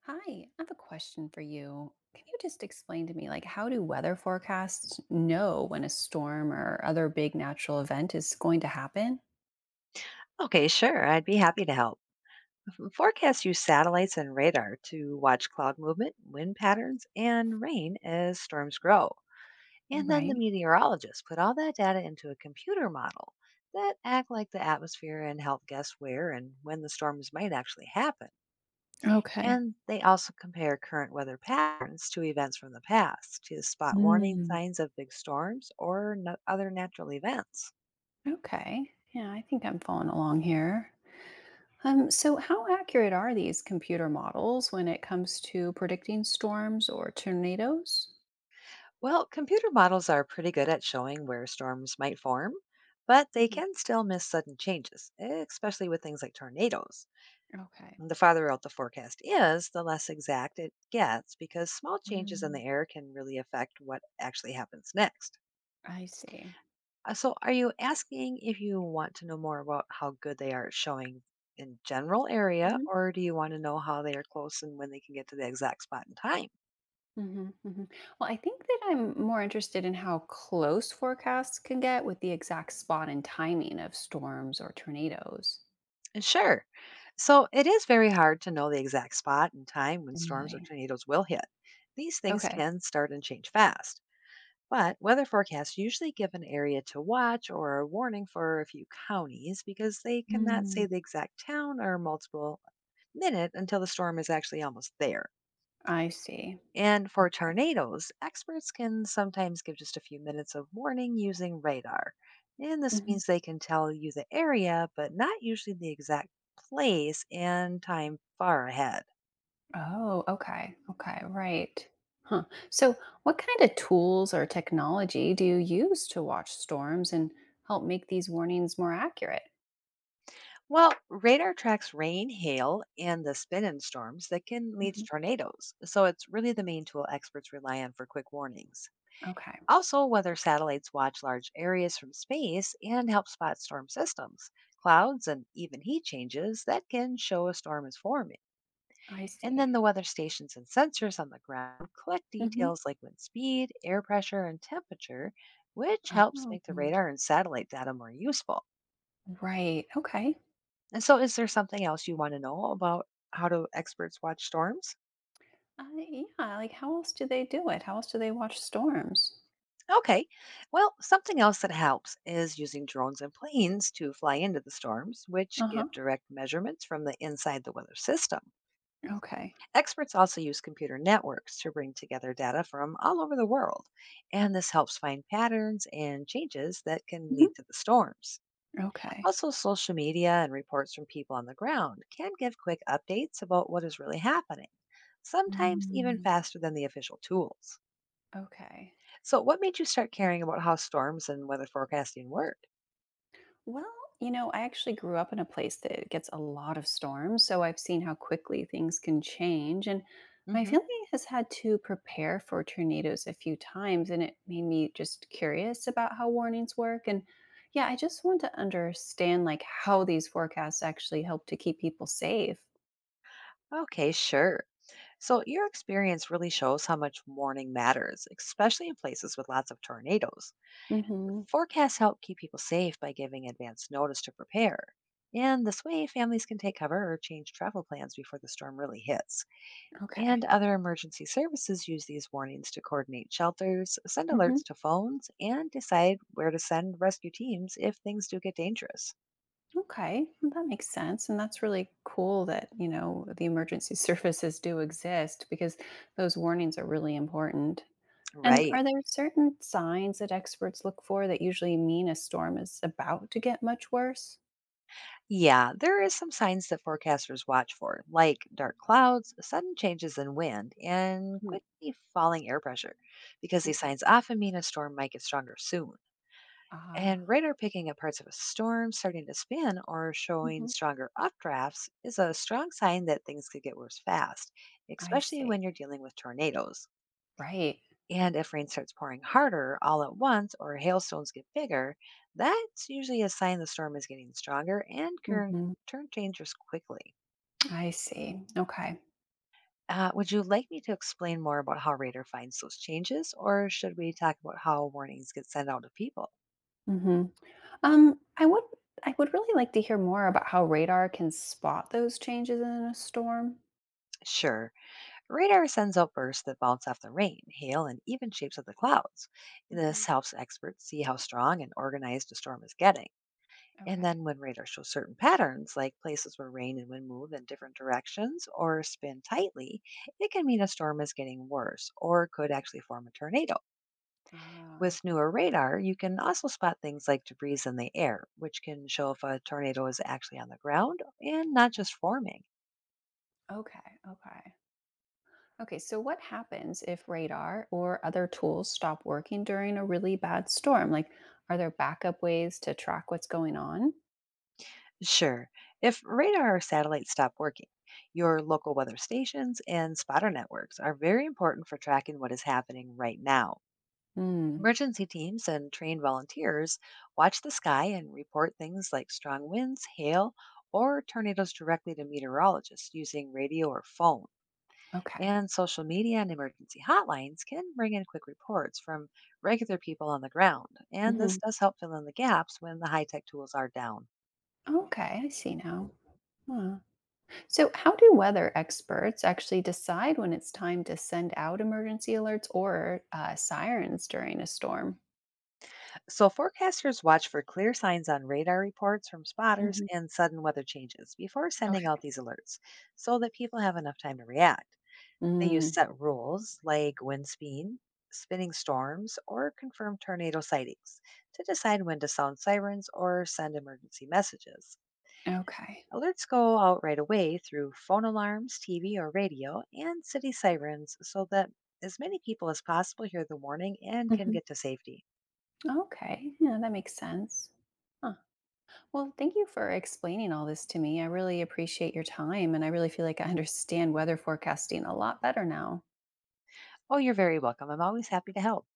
Hi, I have a question for you. Can you just explain to me, like, how do weather forecasts know when a storm or other big natural event is going to happen? Okay, sure. I'd be happy to help. Forecasts use satellites and radar to watch cloud movement, wind patterns, and rain as storms grow. And then the Right. meteorologists put all that data into a computer model that act like the atmosphere and help guess where and when the storms might actually happen. Okay. And they also compare current weather patterns to events from the past to spot warning Mm. signs of big storms or other natural events. Okay. Yeah, I think I'm following along here. So how accurate are these computer models when it comes to predicting storms or tornadoes? Well, computer models are pretty good at showing where storms might form, but they Mhm. can still miss sudden changes, especially with things like tornadoes. Okay. The farther out the forecast is, the less exact it gets because small changes in Mm. the air can really affect what actually happens next. I see. So, are you asking if you want to know more about how good they are at showing in general area, or do you want to know how they are close and when they can get to the exact spot in time? Hmm, hmm. Well, I think that I'm more interested in how close forecasts can get with the exact spot and timing of storms or tornadoes. And sure. So it is very hard to know the exact spot and time when storms or Really? tornadoes will hit. These things Okay. can start and change fast, but weather forecasts usually give an area to watch or a warning for a few counties because they cannot say Mm, the exact town or multiple minute until the storm is actually almost there. I see. And for tornadoes, experts can sometimes give just a few minutes of warning using radar. And this Mhm. means they can tell you the area, but not usually the exact place and time far ahead. Oh, okay. Okay, right. Huh. So, what kind of tools or technology do you use to watch storms and help make these warnings more accurate? Well, radar tracks rain, hail, and the spin in storms that can lead to Mhm. tornadoes. So it's really the main tool experts rely on for quick warnings. Okay, Also, weather satellites watch large areas from space and help spot storm systems, clouds, and even heat changes that can show a storm is forming. I And then see. the weather stations and sensors on the ground collect Hmm. details like wind speed, air pressure, and temperature, which helps make the Oh, radar and satellite data more useful. right. Okay. And so, is there something else you want to know about how do experts watch storms? Yeah, like, how else do they do it? How else do they watch storms? Okay, well, something else that helps is using drones and planes to fly into the storms, which give Uh-huh. direct measurements from the inside the weather system. Okay. Experts also use computer networks to bring together data from all over the world, and this helps find patterns and changes that can Mhm. lead to the storms. Okay. Also, social media and reports from people on the ground can give quick updates about what is really happening, sometimes even Mm, faster than the official tools. okay. So, what made you start caring about how storms and weather forecasting work? Well, I actually grew up in a place that gets a lot of storms, so I've seen how quickly things can change. And my Hmm. family has had to prepare for tornadoes a few times, and it made me just curious about how warnings work. And yeah, I just want to understand like how these forecasts actually help to keep people safe. Okay, sure. So, your experience really shows how much warning matters, especially in places with lots of tornadoes. Mm-hmm. Forecasts help keep people safe by giving advance notice to prepare. And this way, families can take cover or change travel plans before the storm really hits. Okay. And other emergency services use these warnings to coordinate shelters, send Mm-hmm. alerts to phones, and decide where to send rescue teams if things do get dangerous. Okay, well, that makes sense. And that's really cool that, the emergency services do exist because those warnings are really important. And Right. are there certain signs that experts look for that usually mean a storm is about to get much worse? Yeah, there is some signs that forecasters watch for, like dark clouds, sudden changes in wind, and Hmm. quickly falling air pressure, because these Okay. signs often mean a storm might get stronger soon. Ah. And radar picking up parts of a storm starting to spin or showing Mhm. stronger updrafts is a strong sign that things could get worse fast, I especially when see. you're dealing with tornadoes. Right. And if rain starts pouring harder all at once or hailstones get bigger, that's usually a sign the storm is getting stronger and can Hmm. turn dangerous quickly. I see. Okay. Would you like me to explain more about how radar finds those changes, or should we talk about how warnings get sent out to people? Hmm. Um, I would I would really like to hear more about how radar can spot those changes in a storm. Sure. Radar sends out bursts that bounce off the rain, hail, and even shapes of the clouds. Hmm. This helps experts see how strong and organized a storm is getting. And Okay. then when radar shows certain patterns, like places where rain and wind move in different directions or spin tightly, it can mean a storm is getting worse or could actually form a tornado. Ah. With newer radar, you can also spot things like debris in the air, which can show if a tornado is actually on the ground and not just forming. Okay, okay. Okay, so what happens if radar or other tools stop working during a really bad storm? Like, are there backup ways to track what's going on? Sure. If radar or satellites stop working, your local weather stations and spotter networks are very important for tracking what is happening right now. Hmm, Emergency teams and trained volunteers watch the sky and report things like strong winds, hail, or tornadoes directly to meteorologists using radio or phone. okay. And social media and emergency hotlines can bring in quick reports from regular people on the ground. And this Hmm. does help fill in the gaps when the high tech tools are down. Okay, I see now. Huh. So, how do weather experts actually decide when it's time to send out emergency alerts or sirens during a storm? So, forecasters watch for clear signs on radar reports from spotters Hmm. and sudden weather changes before sending out Okay. these alerts so that people have enough time to react. They use Mm, set rules like wind speed, spinning storms, or confirmed tornado sightings to decide when to sound sirens or send emergency messages. okay. Alerts go out right away through phone alarms, TV or radio, and city sirens so that as many people as possible hear the warning and can Hmm. get to safety. Okay. Yeah, that makes sense. Huh. Well, thank you for explaining all this to me. I really appreciate your time, and I really feel like I understand weather forecasting a lot better now. Oh, you're very welcome. I'm always happy to help.